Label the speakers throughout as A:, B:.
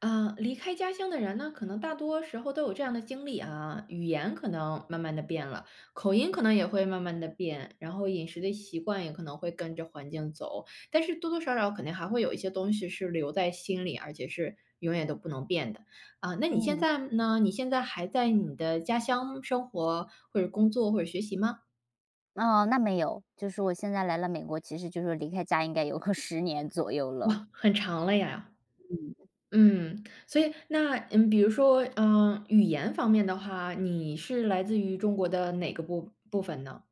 A: 啊，离开家乡的人呢，可能大多时候都有这样的经历啊，语言可能慢慢的变了，口音可能也会慢慢的变，然后饮食的习惯也可能会跟着环境走，但是多多少少肯定还会有一些东西是留在心里，而且是永远都不能变的啊。那你现
B: 嗯，
A: 在呢？你现在还在你的家乡生活，或者工作，或者学习吗？
B: 哦，那没有，就是我现在来了美国，其实就是离开家应该有个十年左右了。
A: 哇，很长了呀。
B: 嗯。
A: 嗯，所以那比如说，语言方面的话，你是来自于中国的哪个部分呢？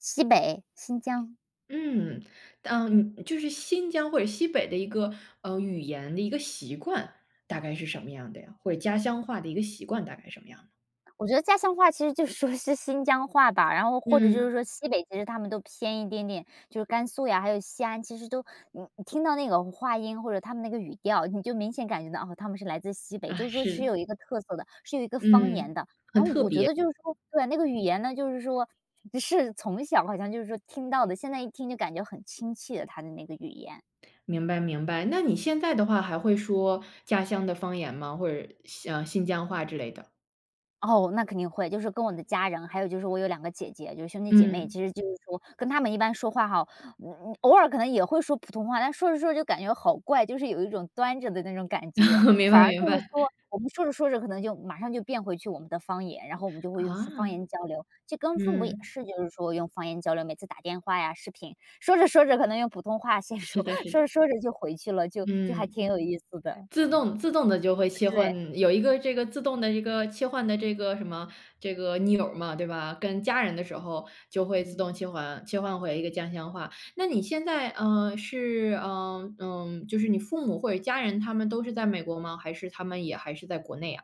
B: 西北，新疆。
A: 嗯。嗯，就是新疆或者西北的一个，语言的一个习惯大概是什么样的呀？或者家乡话的一个习惯大概什么样的。
B: 我觉得家乡话其实就说是新疆话吧，然后或者就
A: 嗯。
B: 是说西北，其实他们都偏一点点，就是甘肃呀，还有西安，其实都你听到那个话音或者他们那个语调，你就明显感觉到哦，他们是来自西北，
A: 啊，
B: 就是说是
A: 是。
B: 有一个特色的，是有一个方言
A: 嗯，
B: 的。然后我觉得就是说，对啊，那个语言呢，就是说是从小好像就是说听到的，现在一听就感觉很亲切的，他的那个语言。
A: 明白明白。那你现在的话还会说家乡的方言吗？或者像新疆话之类的？
B: 哦，那肯定会，就是跟我的家人，还有就是我有两个姐姐，就是兄弟姐妹，其
A: 嗯。
B: 实就是说跟他们一般说话哈。嗯，偶尔可能也会说普通话，但说着说着就感觉好怪，就是有一种端着的那种感觉。
A: 明
B: 反
A: 白
B: 而
A: 明
B: 就是
A: 白。
B: 说，我们说着说着可能就马上就变回去我们的方言，然后我们就会用说方
A: 啊。
B: 言交流。就跟父母也
A: 嗯，
B: 是，就是说用方言交流，每次打电话呀、视频，说着说着可能用普通话先
A: 是
B: 说，
A: 的 是
B: 说
A: 的。
B: 着说着就回去了，就还
A: 嗯，
B: 挺有意思的。
A: 自动的就会 切
B: 对。
A: 换，有一个这个自动的一个切换的这个什么这个钮儿嘛，对吧？跟家人的时候就会自
B: 嗯。
A: 动切换回一个家乡话。那你现在，是，就是你父母或者家人他们都是在美国吗？还是他们也还是在国内啊？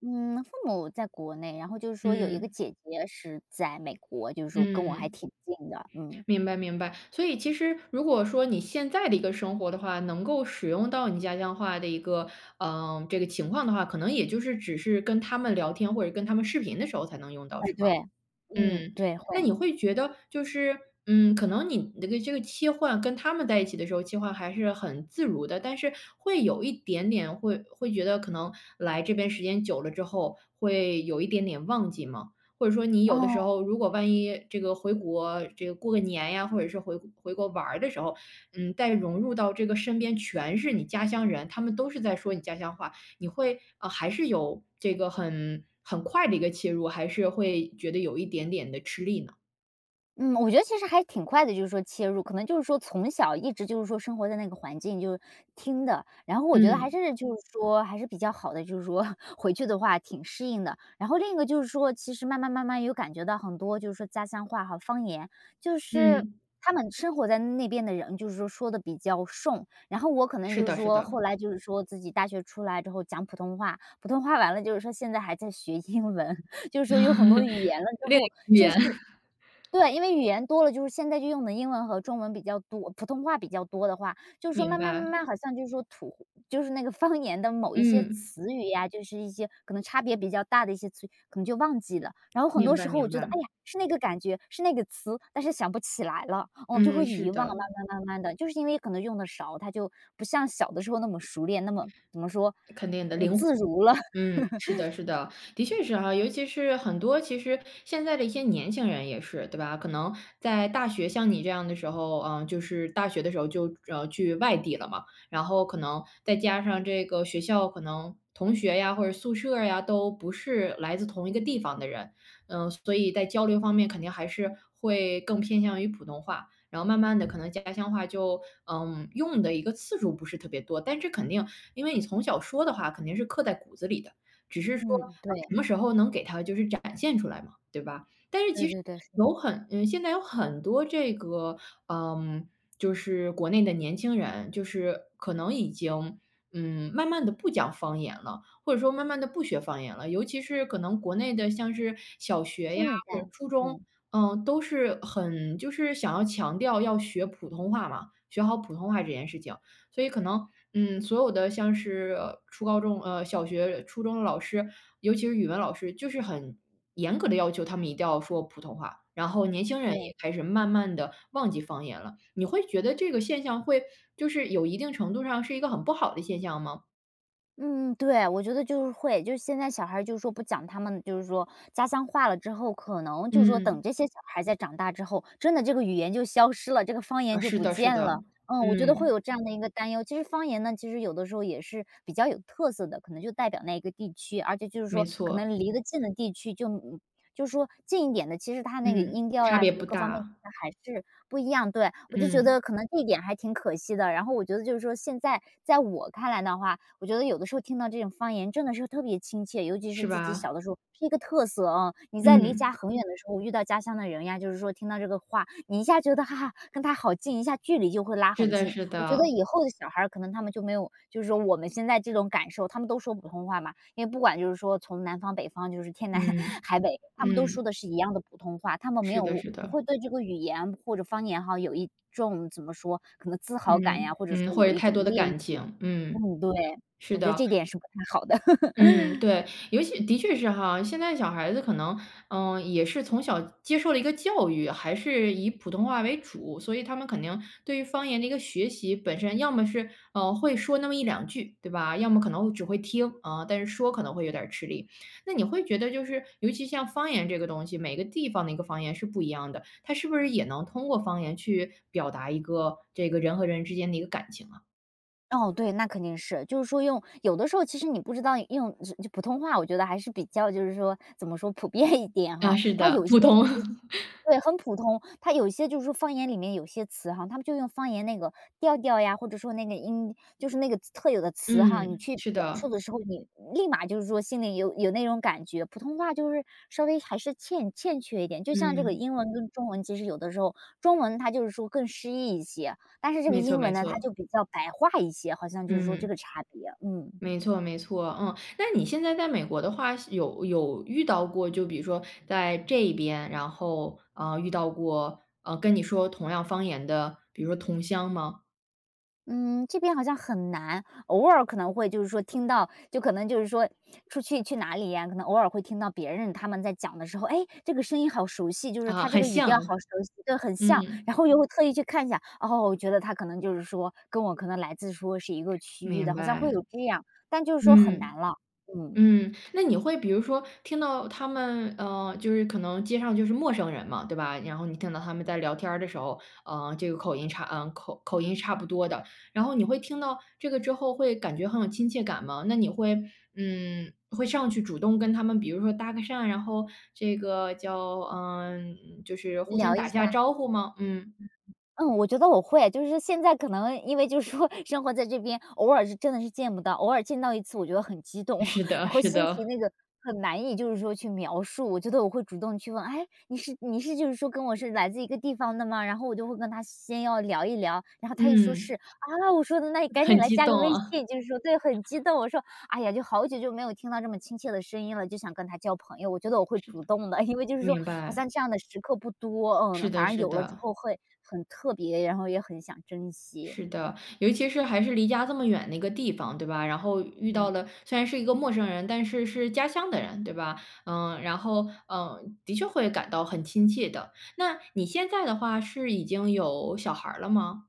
B: 嗯，父母在国内，然后就是说有一个
A: 嗯。
B: 姐姐是在美国，就是说跟我还
A: 嗯。
B: 挺近的，嗯。
A: 明白明白。所以其实如果说你现在的一个生活的话，能够使用到你家乡话的一个，嗯，这个情况的话，可能也就是只是跟他们聊天或者跟他们视频的时候才能用到，
B: 哎，
A: 是吗？
B: 对。嗯，
A: 嗯，
B: 对，会。
A: 那你会觉得就是，可能你那个这个切换跟他们在一起的时候，切换还是很自如的，但是会有一点点会觉得可能来这边时间久了之后，会有一点点忘记吗？或者说你有的时
B: 哦。
A: 候，如果万一这个回国，这个过个年呀，或者是回国玩儿的时候，再融入到这个身边全是你家乡人，他们都是在说你家乡话，你会还是有这个很快的一个切入，还是会觉得有一点点的吃力呢？
B: 嗯，我觉得其实还挺快的，就是说切入，可能就是说从小一直就是说生活在那个环境就是听的，然后我觉得还
A: 嗯。
B: 是就嗯是说还是比较好的，就是说 回去的话挺适应的。然后另一个就是说，其实慢慢慢慢有感觉到很多就是说家乡话和方言，就是
A: 嗯，
B: 他们生活在那边的人，就是说说的比较顺，然后我可能
A: 是
B: 就是
A: 的是
B: 说后
A: 的。
B: 来就是说自己大学出来之后讲普通话，普通话完了就是说现在还在学英文，就是说有很多语言了之后
A: 语言，
B: 对，因为语言多了，就是现在就用的英文和中文比较多，普通话比较多的话，就是说
A: 明
B: 慢慢
A: 白。
B: 慢慢好像就是说土就是那个方言的某一些
A: 嗯，
B: 词语呀，就是一些可能差别比较大的一些词语，可能就忘记了。然后很
A: 明
B: 多时
A: 白
B: 候我
A: 明
B: 觉得，
A: 白。
B: 哎呀，是那个感觉，是那个词，但是想不起来了，嗯，就
A: 嗯，
B: 会
A: 是
B: 遗忘，
A: 的。
B: 慢慢慢慢的，就是因为可能用的少，它就不像小的时候那么熟练，那么怎么说，
A: 肯定的，
B: 嗯，自如了。
A: 是的，是的，的确是哈。尤其是很多其实现在的一些年轻人也是，对吧？可能在大学像你这样的时候，就是大学的时候就去外地了嘛，然后可能再加上这个学校可能同学呀或者宿舍呀都不是来自同一个地方的人，嗯，所以在交流方面肯定还是会更偏向于普通话。然后慢慢的，可能家乡话就，用的一个次数不是特别多，但这肯定因为你从小说的话，肯定是刻在骨子里的，只是说，
B: 嗯，对。
A: 什么时候能给它就是展现出来嘛，对吧？但是
B: 对
A: 其实
B: 对对，是
A: 有很嗯，现在有很多这个，嗯，就是国内的年轻人，就是可能已经，慢慢的不讲方言了，或者说慢慢的不学方言了，尤其是可能国内的像是小学呀，
B: 新一代。
A: 或者初中，
B: 嗯，
A: 都是很就是想要强调要学普通话嘛，学好普通话这件事情。所以可能，所有的像是初高中小学、初中的老师，尤其是语文老师，就是很严格的要求他们一定要说普通话，然后年轻人也
B: 对。
A: 开始慢慢的忘记方言了。你会觉得这个现象会就是有一定程度上是一个很不好的现象吗？
B: 嗯，对，我觉得就是会，就是现在小孩儿就是说不讲他们就是说家乡话了之后，可能就是说等
A: 嗯。
B: 这些小孩儿再长大之后，真的这个语言就消失了，这个方
A: 啊，
B: 言就
A: 是
B: 不
A: 的是
B: 见
A: 的。
B: 了。嗯，我觉得会
A: 嗯，
B: 有这样的一个担忧。其实方言呢，其实有的时候也是比较有特色的，可能就代表那一个地区，而且就是
A: 没
B: 说可
A: 错。
B: 能离得近的地区就，嗯就是说近一点的，其实它那个
A: 嗯，
B: 音调呀
A: 差别
B: 什
A: 不
B: 么各方面
A: 大。
B: 还是不一样，对。我就觉
A: 嗯，
B: 得可能地点还挺可惜的，然后我觉得就是说现在在我看来的话，我觉得有的时候听到这种方言真的是特别亲切，尤其是
A: 是
B: 自己小
A: 吧？
B: 的时候是一个特色啊。你在离
A: 嗯，
B: 家很远的时候遇到家乡的人呀，就是说听到这个话，你一下觉得哈哈，跟他好近，一下距离就会拉
A: 是
B: 很
A: 的
B: 近。
A: 是
B: 我觉
A: 的。
B: 得以后的小孩儿可能他们就没有就是说我们现在这种感受，他们都说普通话嘛，因为不管就是说从南方北方，就是天南
A: 嗯。
B: 海北，他们都说
A: 嗯，
B: 的是一样的普通话，他们没
A: 是的
B: 有
A: 是
B: 不
A: 的。
B: 会对这个语言或者方言哈，有一种怎么说，可能自豪感
A: 嗯。
B: 呀，或者说
A: 嗯，或
B: 有
A: 者
B: 一
A: 太
B: 种
A: 多的
B: 链接。
A: 感情。嗯，
B: 嗯，对，
A: 是
B: 我觉得
A: 的。
B: 这点是不太好的。
A: 嗯，对，尤其的确是哈。现在小孩子可能，也是从小接受了一个教育，还是以普通话为主，所以他们肯定对于方言的一个学习本身，要么是会说那么一两句，对吧？要么可能只会听啊、但是说可能会有点儿吃力。那你会觉得就是，尤其像方言这个东西，每个地方的一个方言是不一样的，它是不是也能通过方言去表达一个这个人和人之间的一个感情啊？
B: 哦，对，那肯定是。就是说用有的时候其实你不知道用就普通话，我觉得还是比较就是说，怎么说，普遍一点
A: 啊，
B: 哈。
A: 是
B: 它
A: 的，
B: 有一些
A: 普通，
B: 词 对，很普通。它有一些就是说方言里面有些词哈，他们就用方言那个调调呀，或者说那个音，就是那个特有的词哈，你
A: 嗯，
B: 去
A: 是
B: 表述
A: 的。
B: 的时候，你立马就是说心里有那种感觉。普通话就是稍微还是欠缺一点，就像这个
A: 嗯。
B: 英文跟中文，其实有的时候中文它就是说更诗意一些，但是这个
A: 没错
B: 英
A: 没
B: 文呢，它
A: 错。
B: 就比较白话一些，好像就是说这
A: 嗯，
B: 个差别，嗯。
A: 没错没错。嗯。那你现在在美国的话，有遇到过，就比如说在这边，然后，啊，遇到过，跟你说同样方言的，比如说同乡吗？
B: 嗯，这边好像很难，偶尔可能会就是说听到，就可能就是说出去去哪里呀、可能偶尔会听到别人他们在讲的时候，哎，这个声音好熟悉，就是
A: 啊，
B: 他这
A: 很
B: 个语
A: 像
B: 调
A: 啊。
B: 好熟悉，对，很像，
A: 嗯，
B: 然后又会特意去看一下，哦，我觉得他可能就是说跟我可能来自说是一个区域
A: 明
B: 的，好像会
A: 白。
B: 有这样，但就是说很
A: 嗯。
B: 难了。嗯，
A: 嗯，那你会比如说听到他们，就是可能街上就是陌生人嘛，对吧？然后你听到他们在聊天儿的时候，这个口音差，口音差不多的，然后你会听到这个之后会感觉很有亲切感吗？那你会，会上去主动跟他们，比如说搭个讪，然后这个叫，就是互相
B: 聊一
A: 打一下
B: 下。
A: 招呼吗？嗯。
B: 嗯，我觉得我会，就是现在可能因为就是说生活在这边，偶尔是真的是见不到，偶尔见到一次我觉得很激 动，
A: 是 的，
B: 然后
A: 是
B: 心
A: 的。
B: 情那个很难以就是说去描述。我觉得我会主动去问，哎，你是就是说跟我是来自一个地方的吗？然后我就会跟他先要聊一聊，然后他一说
A: 嗯，
B: 是啊，我说的那你赶紧
A: 很
B: 来
A: 激
B: 加个
A: 动
B: 微
A: 啊。
B: 信，就是说对，很激动，我说哎呀，就好久就没有听到这么亲切的声音了，就想跟他交朋友。我觉得我会主动的，因为就是说
A: 明
B: 好
A: 白，
B: 像这样的时刻不多，
A: 是
B: 嗯，反
A: 的，
B: 而
A: 是
B: 有了之
A: 的。
B: 后会很特别，然后也很想珍惜。
A: 是的，尤其是还是离家这么远的一个地方，对吧？然后遇到
B: 嗯。
A: 了虽然是一个陌生人，但是是家乡的人，对吧？嗯，然后的确会感到很亲切的。那你现在的话是已经有小孩儿了吗？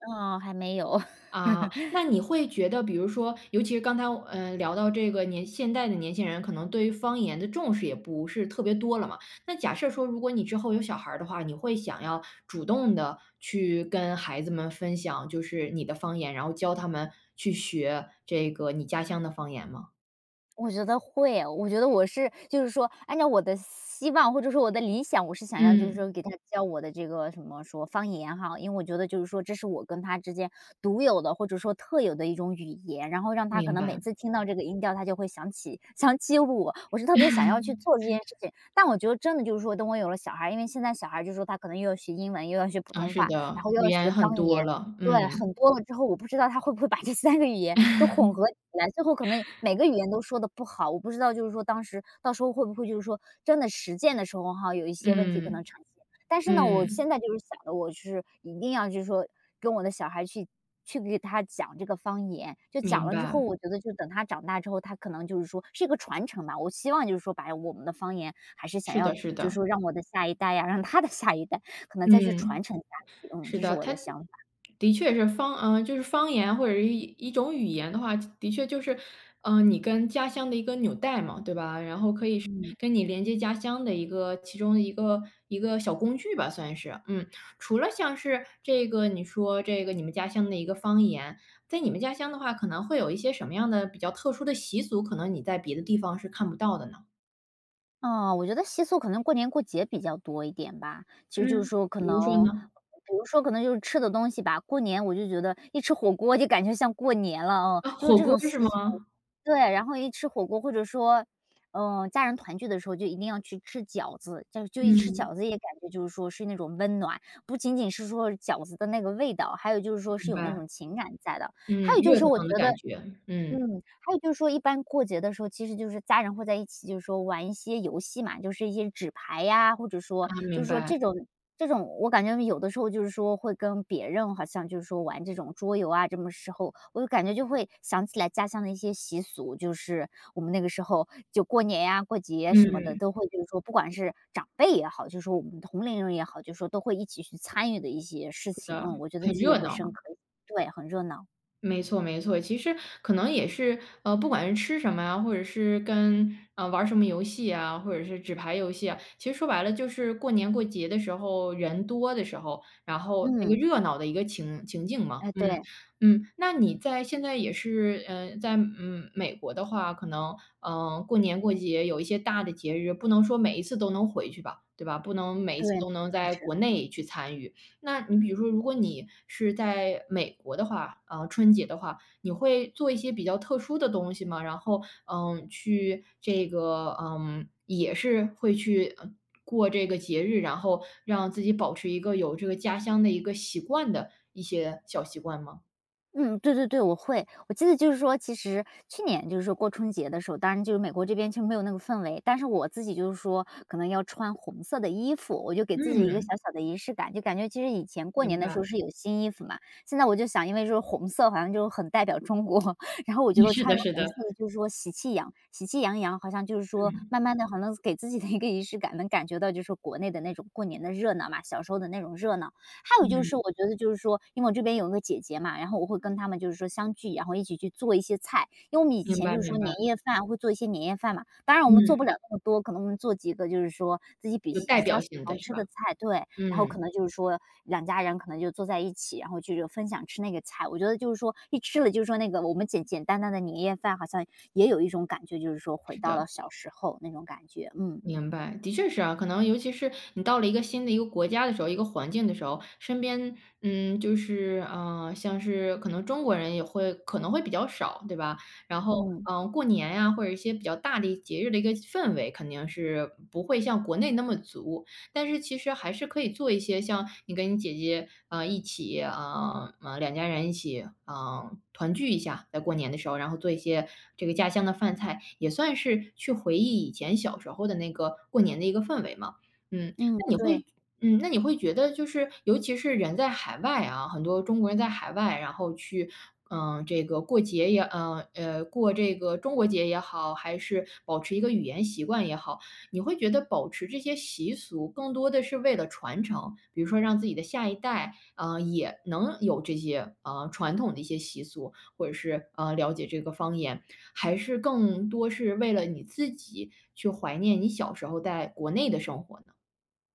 B: 哦，还没有。
A: 啊，那你会觉得，比如说，尤其是刚才，聊到这个现代的年轻人，可能对于方言的重视也不是特别多了嘛。那假设说，如果你之后有小孩儿的话，你会想要主动的去跟孩子们分享，就是你的方言，然后教他们去学这个你家乡的方言吗？
B: 我觉得会，我觉得我是就是说按照我的希望或者说我的理想，我是想要就是
A: 嗯，
B: 说给他教我的这个什么说方言哈，因为我觉得就是说这是我跟他之间独有的或者说特有的一种语言，然后让他可
A: 明
B: 能
A: 白。
B: 每次听到这个音调，他就会想起我，我是特别想要去 做这件事情。但我觉得真的就是说，等我有了小孩因为现在小孩就是说他可能又要学英文，又要学普
A: 啊，
B: 通
A: 是
B: 话，然
A: 的，
B: 后又
A: 语
B: 要学
A: 言很
B: 方
A: 多
B: 言，
A: 了。
B: 对，很
A: 嗯。
B: 多了之后，我不知道他会不会把这三个语言都 混合起来，最后可能每个语言都说得不好。我不知道就是说当时到时候会不会就是说真的实践的时候哈，有一些问题可能
A: 嗯。
B: 呈现。但是呢，我
A: 嗯，
B: 现在就是想着我是一定要就是说跟我的小孩去给他讲这个方言，就讲
A: 明
B: 了之后，
A: 白，
B: 我觉得就等他长大之后，他可能就是说是一个传承吧。我希望就是说把我们的方言还是想
A: 是
B: 要
A: 的是
B: 就是
A: 的。
B: 说让我的下一代呀，让他的下一代可能再去传
A: 嗯。
B: 承下去，嗯，
A: 是
B: 这是
A: 的，
B: 我
A: 它
B: 的想法，
A: 的确是就是方言或者是一种语言的话，的确就是，你跟家乡的一个纽带嘛，对吧？然后可以是
B: 嗯。
A: 跟你连接家乡的一个其中的一个小工具吧，算是。嗯，除了像是这个你说这个你们家乡的一个方言，在你们家乡的话，可能会有一些什么样的比较特殊的习俗，可能你在别的地方是看不到的呢？
B: 哦，我觉得习俗可能过年过节比较多一点吧。其实就是
A: 嗯，
B: 说可
A: 比如说
B: 能
A: 呢？
B: 比如说可能就是吃的东西吧，过年我就觉得一吃火锅就感觉像过年了，哦，
A: 啊，
B: 就是
A: 火
B: 这
A: 锅
B: 种
A: 是
B: 习俗。
A: 吗？
B: 对，然后一吃火锅或者说，嗯，家人团聚的时候就一定要去吃饺子，就一吃
A: 嗯，
B: 饺子也感觉就是说是那种温暖，不仅仅是说饺子的那个味道，还有就是说是
A: 明
B: 有那
A: 白。
B: 种情感在的。还
A: 嗯，
B: 有就
A: 热
B: 是
A: 腾
B: 我觉
A: 腾的
B: 得
A: 感觉。
B: 嗯，
A: 嗯。
B: 还有就是说一般过节的时候，其实就是家人会在一起，就是说玩一些游戏嘛，就是一些纸牌呀，或者
A: 啊，
B: 说就
A: 明
B: 是说
A: 白。
B: 这种，我感觉有的时候就是说会跟别人好像就是说玩这种桌游啊，这么时候，我就感觉就会想起来家乡的一些习俗，就是我们那个时候就过年呀、过节什么的，
A: 嗯，
B: 都会就是说不管是长辈也好，就是说我们同龄人也好，就是说都会一起去参与的一些事
A: 是
B: 情，
A: 的。
B: 嗯，我觉得
A: 很
B: 记忆
A: 热
B: 会
A: 闹嘛，
B: 深刻，对，很热闹，
A: 没错没错。其实可能也是，不管是吃什么啊，或者是跟玩儿什么游戏啊，或者是纸牌游戏啊，其实说白了就是过年过节的时候人多的时候，然后那个
B: 嗯，
A: 热闹的一个情境嘛。
B: 哎，
A: 嗯
B: 对。
A: 嗯，那你在现在也是，在美国的话，可能过年过节有一些大的节日，不能说每一次都能回去吧，对吧？不能每一
B: 对，
A: 次都能
B: 但
A: 在
B: 是
A: 国内去参与。那你比如说，如果你是在美国的话，春节的话，你会做一些比较特殊的东西吗？然后，去这个，也是会去过这个节日，然后让自己保持一个有这个家乡的一个习惯的一些小习惯吗？
B: 嗯，对对对，我会。我记得就是说，其实去年就是说过春节的时候，当然就是美国这边其实没有那个氛围，但是我自己就是说可能要穿红色的衣服，我就给自己一个
A: 嗯，
B: 小小的仪式感，就感觉其实以前过
A: 明
B: 年的时
A: 白。
B: 候是有新衣服嘛，现在我就想，因为就是红色好像就很代表中国，然后我觉 得
A: 是
B: 穿一
A: 的，
B: 个
A: 是
B: 红
A: 的。
B: 色的就是说喜气洋洋，好像就是说
A: 嗯
B: 慢慢的好像给自己的一个仪式感，能感觉到就是国内的那种过年的热闹嘛，小时候的那种热闹。还有就是
A: 嗯，
B: 我觉得就是说，因为我这边有一个姐姐嘛，然后我会跟她们就是说相聚，然后一起去做一些菜。因为我们以
A: 明
B: 前
A: 白
B: 就是
A: 明
B: 说
A: 白。
B: 年夜饭会做一些年夜饭嘛，当然我
A: 嗯，
B: 们做不了那么多，可能我们做几个就是说自己比
A: 有代
B: 比较
A: 表
B: 喜
A: 性的
B: 欢
A: 是
B: 吃
A: 吧？
B: 的菜，对，然后
A: 嗯，
B: 可能就是说两家人可能就坐在一起，然后就是分享吃那个菜。我觉得就是说一吃了就是说那个我们简简单单的年夜饭，好像也有一种感觉，就是说回
A: 是
B: 到
A: 的。
B: 了小时候那种感觉，嗯，
A: 明白，的确是啊，可能尤其是你到了一个新的一个国家的时候，一个环境的时候，身边，就是，像是可能中国人也会可能会比较少，对吧？然后，
B: 嗯，
A: 过年呀、或者一些比较大的节日的一个氛围，肯定是不会像国内那么足。但是其实还是可以做一些像你跟你姐姐，一起，两家人一起啊，团聚一下，在过年的时候，然后做一些这个家乡的饭菜，也算是去回忆以前小时候的那个过年的一个氛围嘛。嗯，
B: 嗯，
A: 那你
B: 对。
A: 会那你会觉得就是尤其是人在海外啊，很多中国人在海外，然后去，这个过节也过这个中国节也好，还是保持一个语言习惯也好，你会觉得保持这些习俗更多的是为了传承，比如说让自己的下一代，也能有这些，传统的一些习俗，或者是，了解这个方言，还是更多是为了你自己去怀念你小时候在国内的生活呢？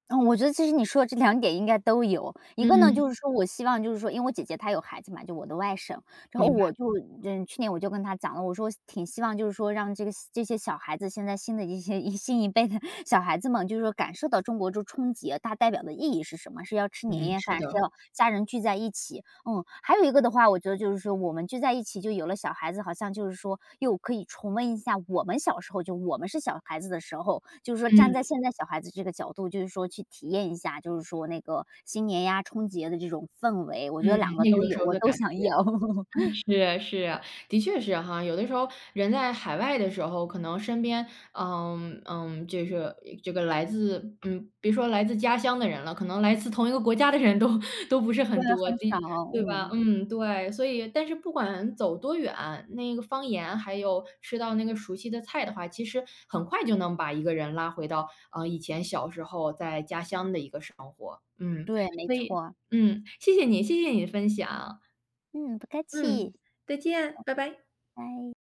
B: 嗯，我觉得其实你说的这两点应该都有。一个呢，
A: 嗯，
B: 就嗯是说我希望就是说因为我姐姐她有孩子嘛，就我的外甥，然后
A: 明白。
B: 我就嗯，去年我就跟她讲了，我说挺希望就是说让这些小孩子，现在新的一些新一辈的小孩子们，就是说感受到中国这春节它代表的意义是什么，是要吃年
A: 嗯，
B: 夜
A: 是
B: 饭，是
A: 的。
B: 要家人聚在一起。嗯，还有一个的话，我觉得就是说我们聚在一起就有了小孩子，好像就是说又可以重温一下我们小时候，就我们是小孩子的时候，就是说站
A: 嗯。
B: 在现在小孩子这个角度，就是说去体验一下，就是说那个新年呀、春节的这种氛围，我
A: 嗯，
B: 觉得两个
A: 那
B: 都
A: 个时
B: 有，
A: 候
B: 我
A: 的
B: 都
A: 感
B: 想
A: 觉。
B: 要。
A: 是是，的确是哈。有的时候人在海外的时候，可能身边，就是这个来自，别说来自家乡的人了，可能来自同一个国家的人都不是
B: 对，
A: 很多，的
B: 很少，
A: 对吧？
B: 嗯，
A: 嗯，对。所以，但是不管走多远，那个方言还有吃到那个熟悉的菜的话，其实很快就能把一个人拉回到以前小时候在家乡的一个生活。嗯，
B: 对，没
A: 所以，
B: 错，
A: 谢谢你，谢谢你的分享。
B: 嗯，不客
A: 嗯，
B: 气，
A: 再见，拜拜。
B: 拜。